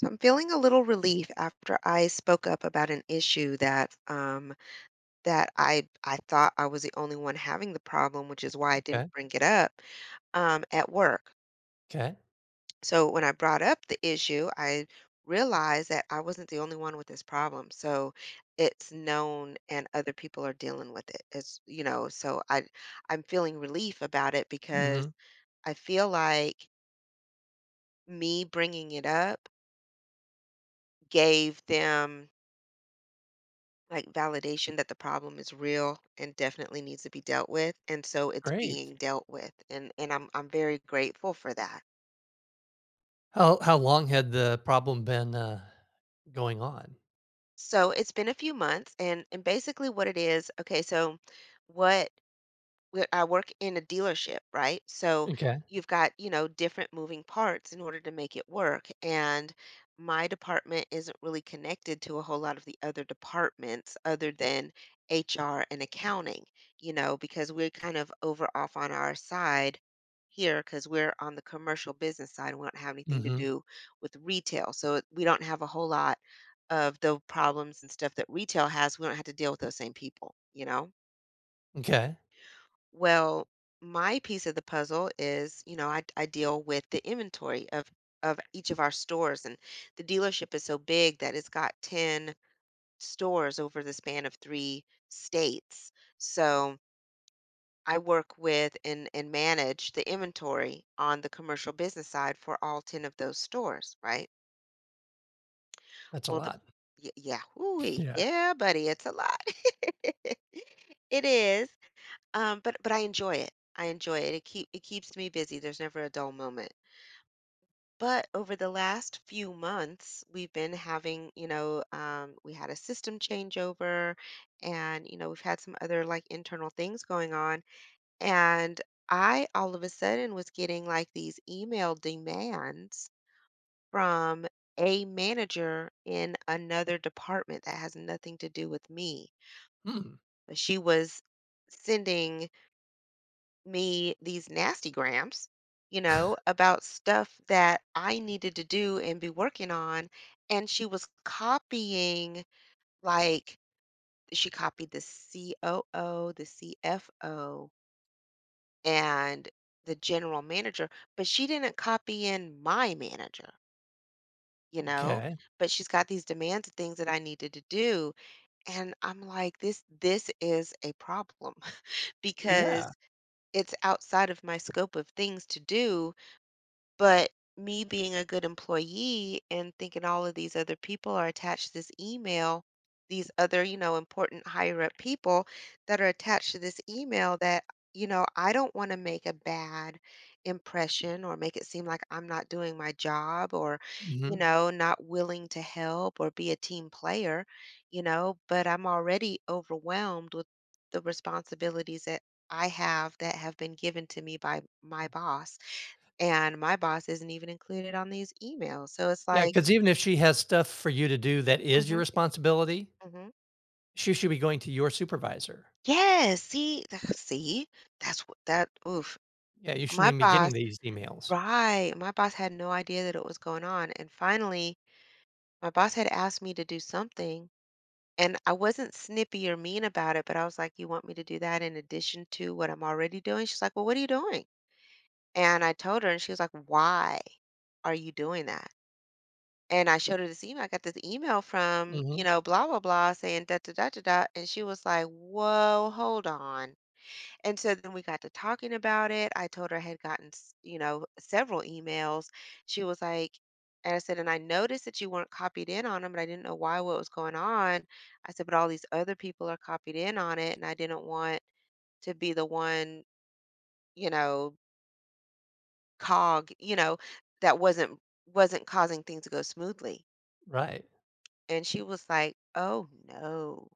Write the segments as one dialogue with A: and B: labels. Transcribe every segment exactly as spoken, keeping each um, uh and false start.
A: So I'm feeling a little relief after I spoke up about an issue that um, that I I thought I was the only one having the problem, which is why I didn't
B: Okay.
A: bring it up um, at work.
B: 'kay.
A: So when I brought up the issue, I realized that I wasn't the only one with this problem. So it's known, and other people are dealing with it. It's, you know, so I I'm feeling relief about it because
B: Mhm.
A: I feel like me bringing it up gave them. Like, validation that the problem is real and definitely needs to be dealt with, and so it's being
B: Great.
A: dealt with, and and I'm I'm very grateful for that.
B: How how long had the problem been, uh, going on?
A: So, it's been a few months, and and basically what it is okay, so what where I work in a dealership, right? So
B: Okay.
A: you've got, you know, different moving parts in order to make it work. And my department isn't really connected to a whole lot of the other departments other than H R and accounting, you know, because we're kind of over off on our side here because we're on the commercial business side and we don't have anything to
B: Mhm.
A: do with retail. So we don't have a whole lot of the problems and stuff that retail has. We don't have to deal with those same people, you know?
B: M'kay.
A: Well, my piece of the puzzle is, you know, I, I deal with the inventory of of each of our stores, and the dealership is so big that it's got ten stores over the span of three states. So I work with and and manage the inventory on the commercial business side for all ten of those stores, right?
B: That's a
A: Well, the
B: lot.
A: y- yeah, ooh,
B: Yeah.
A: yeah, buddy, it's a lot. It is. Um, but but I enjoy it. I enjoy it. It keep it keeps me busy. There's never a dull moment. But over the last few months, we've been having, you know, um, we had a system changeover, and you know, we've had some other like internal things going on, and I all of a sudden was getting like these email demands from a manager in another department that has nothing to do with me.
B: Hmm.
A: But she was sending me these nasty grams, you know, about stuff that I needed to do and be working on. And she was copying, like, she copied the C O O, the C F O, and the general manager, but she didn't copy in my manager, you know,
B: M'kay.
A: but she's got these demands of things that I needed to do. And I'm like, this, this is a problem because
B: Yeah.
A: it's outside of my scope of things to do. But me being a good employee and thinking all of these other people are attached to this email, these other, you know, important higher up people that are attached to this email that, you know, I don't want to make a bad impression or make it seem like I'm not doing my job or, you
B: Mhm.
A: know, not willing to help or be a team player, you know, but I'm already overwhelmed with the responsibilities that I have that have been given to me by my boss and my boss isn't even included on these emails. So it's
B: Yeah,
A: like,
B: 'cause even if she has stuff for you to do that is your
A: hmm
B: responsibility,
A: hmm
B: she should be going to your supervisor.
A: yes, see, th- see, that's what that, oof.
B: Yeah, you shouldn't
A: My
B: even be
A: boss,
B: getting these emails.
A: right. My boss had no idea that it was going on. And finally, my boss had asked me to do something. And I wasn't snippy or mean about it, but I was like, "You want me to do that in addition to what I'm already doing?" She's like, "Well, what are you doing?" And I told her, and she was like, "Why are you doing that?" And I showed her this email. I got this email from, you
B: Mhm.
A: know, blah, blah, blah, saying da, da, da, da, da. And she was like, whoa, hold on. And so then we got to talking about it. I told her I had gotten, s- you know, several emails. She was like, and I said, and I noticed that you weren't copied in on them, but I didn't know why, what was going on. I said, but all these other people are copied in on it. And I didn't want to be the one, you know, cog, you know, that wasn't wasn't causing things to go smoothly.
B: Right.
A: And she was like, "Oh, no.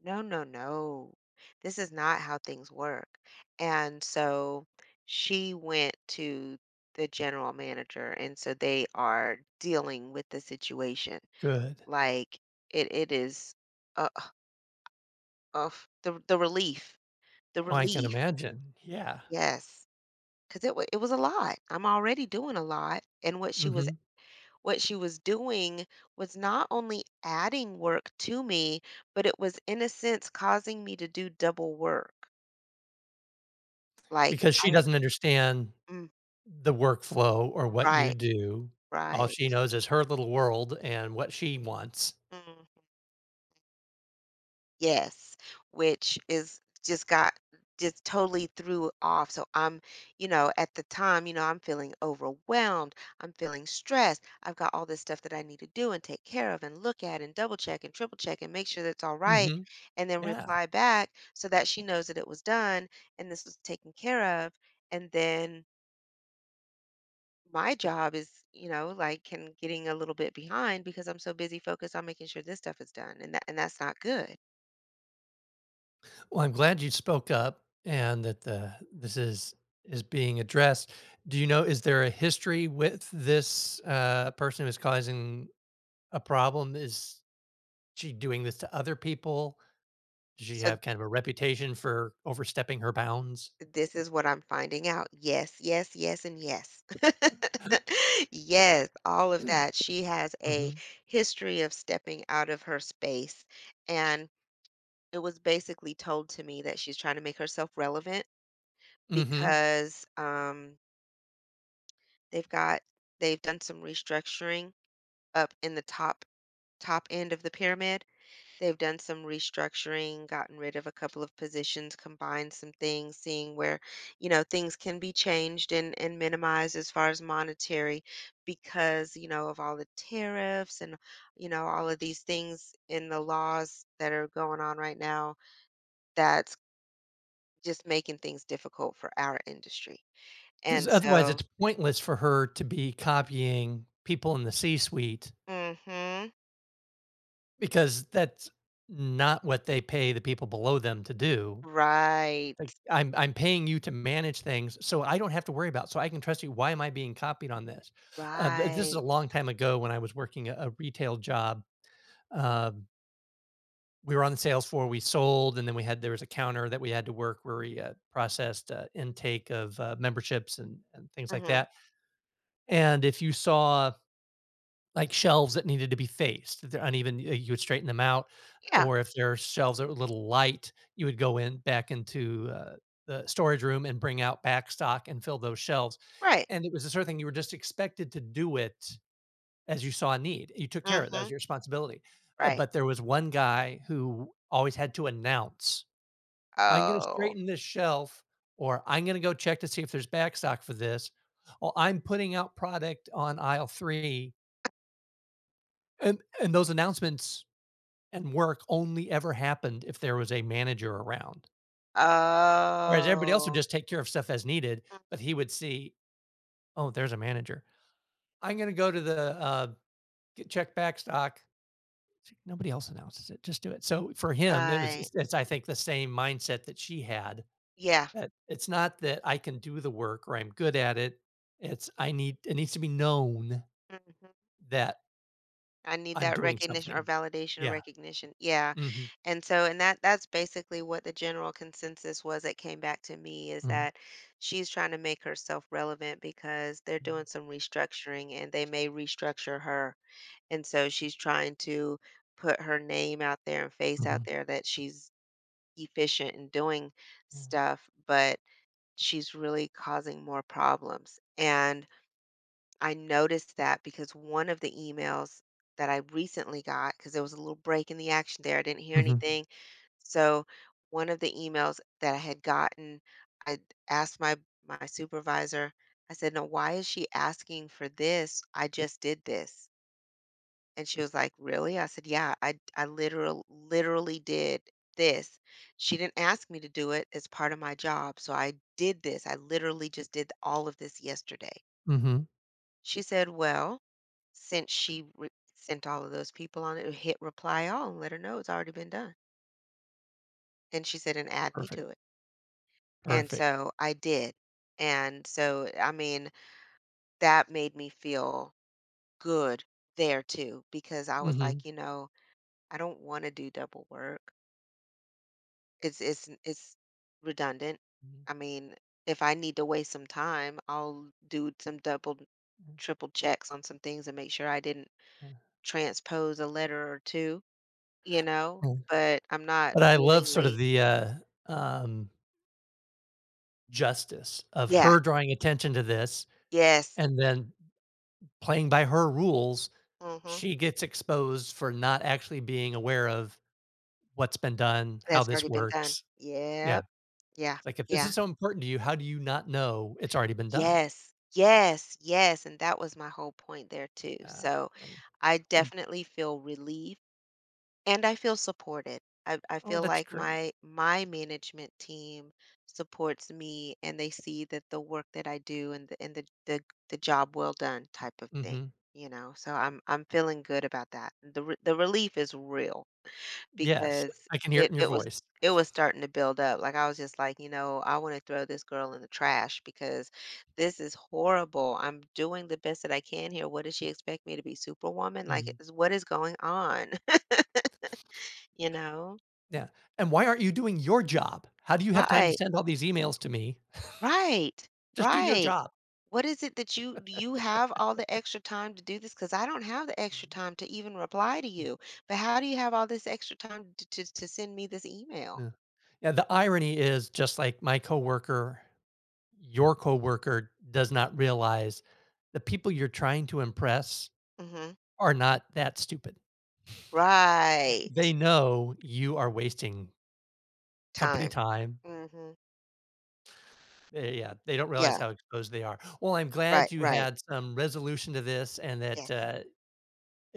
A: No, no, no. This is not how things work." And so she went to the general manager, and so they are dealing with the situation.
B: Good.
A: Like, it it is uh, uh, the the relief, the
B: Oh, I can
A: relief.
B: imagine. Yeah.
A: Yes, because it wa it was a lot. I'm already doing a lot, and what she was
B: Mhm.
A: what she was doing was not only adding work to me, but it was in a sense causing me to do double work. Like
B: Because she
A: I.
B: doesn't understand
A: Mhm.
B: the workflow or what you
A: Right,
B: do. All
A: right.
B: she knows is her little world and what she wants.
A: Mm. Yes, which is just got just totally threw off. So I'm, you know, at the time, you know, I'm feeling overwhelmed. I'm feeling stressed. I've got all this stuff that I need to do and take care of and look at and double check and triple check and make sure that's all right
B: Mhm.
A: and then
B: Yeah.
A: reply back so that she knows that it was done and this was taken care of. And then my job is, you know, like can getting a little bit behind because I'm so busy focused on making sure this stuff is done and that and that's not good.
B: Well, I'm glad you spoke up and that the this is is being addressed. Do you know, is there a history with this, uh, person who's causing a problem? Is she doing this to other people? Does she
A: So,
B: have kind of a reputation for overstepping her bounds?
A: this is what I'm finding out. Yes, yes, yes, and yes. Yes, all of that. She has a
B: Mhm.
A: history of stepping out of her space. And it was basically told to me that she's trying to make herself relevant
B: Mhm.
A: because um, they've got, they've done some restructuring up in the top, top end of the pyramid. They've done some restructuring, gotten rid of a couple of positions, combined some things, seeing where, you know, things can be changed and, and minimized as far as monetary because, you know, of all the tariffs and, you know, all of these things in the laws that are going on right now that's just making things difficult for our industry.
B: 'Cause
A: And
B: otherwise,
A: so,
B: it's pointless for her to be copying people in the C-suite,
A: hmm,
B: because that's not what they pay the people below them to do.
A: right,
B: Like, I'm I'm paying you to manage things, so I don't have to worry about, so I can trust you. Why am I being copied on this? Uh, th this is a
A: right.
B: long time ago when I was working a a retail job. Um, we were on the sales floor, we sold, and then we had there was a counter that we had to work where we, uh, processed, uh, intake of, uh, memberships and and things like
A: Hmm,
B: that, and if you saw like shelves that needed to be faced. If they're uneven, y you would straighten them out,
A: yeah,
B: or if there are shelves that were a little light, you would go in back into, uh, the storage room and bring out back stock and fill those shelves,
A: right.
B: and it was the sort of thing you were just expected to do it as you saw a need. You took care of it, that was
A: Hmm,
B: your responsibility, uh,
A: right.
B: but there was one guy who always had to announce, "I'm gonna
A: Oh.
B: straighten this shelf," or, "I'm gonna go check to see if there's back stock for this," or, "I'm putting out product on aisle three," and and those announcements and work only ever happened if there was a manager around. Whereas everybody else would
A: Oh,
B: just take care of stuff as needed,
A: mm,
B: but he would see, "Oh, there's a manager. I'm gonna go to the, uh, get check back stock." It's like, "Nobody else announces it, just do it." So for him, it was
A: right.
B: it's it's I think the same mindset that she had,
A: Yeah.
B: that it's not that I can do the work or I'm good at it, it's I need it needs to be known
A: Mhm.
B: that
A: I need
B: I'm
A: that
B: doing
A: recognition or
B: something.
A: validation or
B: Yeah.
A: recognition. Yeah.
B: Mhm.
A: And so and that that's basically what the general consensus was that came back to me is
B: Mhm.
A: that she's trying to make herself relevant because they're
B: Mhm.
A: doing some restructuring and they may restructure her. And so she's trying to put her name out there and face out
B: Mhm.
A: there that she's efficient in doing
B: Yeah.
A: stuff, but she's really causing more problems. And I noticed that because one of the emails that I recently got, because there was a little break in the action there, I didn't hear
B: Mhm.
A: anything. So one of the emails that I had gotten, I asked my my supervisor, I said, "No, why is she asking for this? I just did this." And she was like, "Really?" I said, "Yeah, I I literal literally did this. She didn't ask me to do it. It's part of my job. So I did this. I literally just did all of this yesterday."
B: Mhm.
A: She said, "Well, since she re sent all of those people on it, uh, hit reply all and let her know it's already been done." And she said, "And add me to
B: Perfect,
A: it." And
B: perfect.
A: so I did. And so, I mean, that made me feel good there too, because I was
B: Mhm.
A: like, you know, I don't want to do double work. It's it's it's redundant.
B: Mhm.
A: I mean, if I need to waste some time, I'll do some double
B: Mm,
A: triple checks on some things and make sure I didn't
B: mm,
A: transpose a letter or two. You know?
B: mm.
A: But I'm not
B: But I love sort of
A: willingly.
B: the, uh, um, justice of
A: Yeah,
B: her drawing attention to this
A: yes.
B: and then playing by her rules,
A: Mhm.
B: she gets exposed for not actually being aware of what's been done, how
A: That's
B: this
A: already been done.
B: works.
A: Yep.
B: Yeah.
A: Yeah,
B: It's like, "If this
A: yeah.
B: is so important to you, how do you not know it's already been done?"
A: Yes, yes, yes, and that was my whole point there too.
B: Ah,
A: So,
B: and
A: I
B: well,
A: definitely feel relief and I feel supported. I I
B: oh,
A: feel
B: that's
A: like
B: great.
A: my my management team supports me and they see that the work that I do and the and the the the job well done type of thing,
B: Mhm.
A: you know? So I'm I'm feeling good about that. The re the relief is real.
B: Yes,
A: Because
B: I can hear it
A: it
B: in your
A: it was
B: voice.
A: it was starting to build up, like, I was just like, "You know, I wanna throw this girl in the trash because this is horrible. I'm doing the best that I can here. What does she expect me to be Superwoman? Like,
B: Mhm.
A: is what is going on?" You know?
B: Yeah, and why aren't you doing your job? How do you have time to
A: Right.
B: send all these emails to me?
A: Right.
B: Just do your
A: Right.
B: job.
A: "What is it that you do you have all the extra time to do this? Because I don't have the extra time to even reply to you, but how do you have all this extra time to to to send me this email?"
B: Yeah. Yeah, the irony is just like my coworker, your coworker does not realize the people you're trying to impress
A: Mhm.
B: are not that stupid.
A: Right.
B: They know you are wasting company
A: Time.
B: time.
A: Mhm.
B: They yeah, they don't
A: Yeah.
B: realize how exposed they are. "Well, I'm
A: Right,
B: glad you
A: right.
B: had some resolution to this and that,
A: Yes.
B: uh,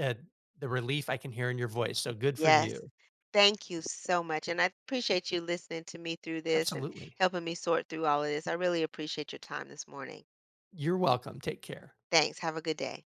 B: uh, the relief I can hear in your voice, so good for
A: Yes.
B: you."
A: Thank you so much, and I appreciate you listening to me through this and
B: Absolutely.
A: helping me sort through all of this. I really appreciate your time this morning.
B: You're welcome. Take care.
A: Thanks. Have a good day.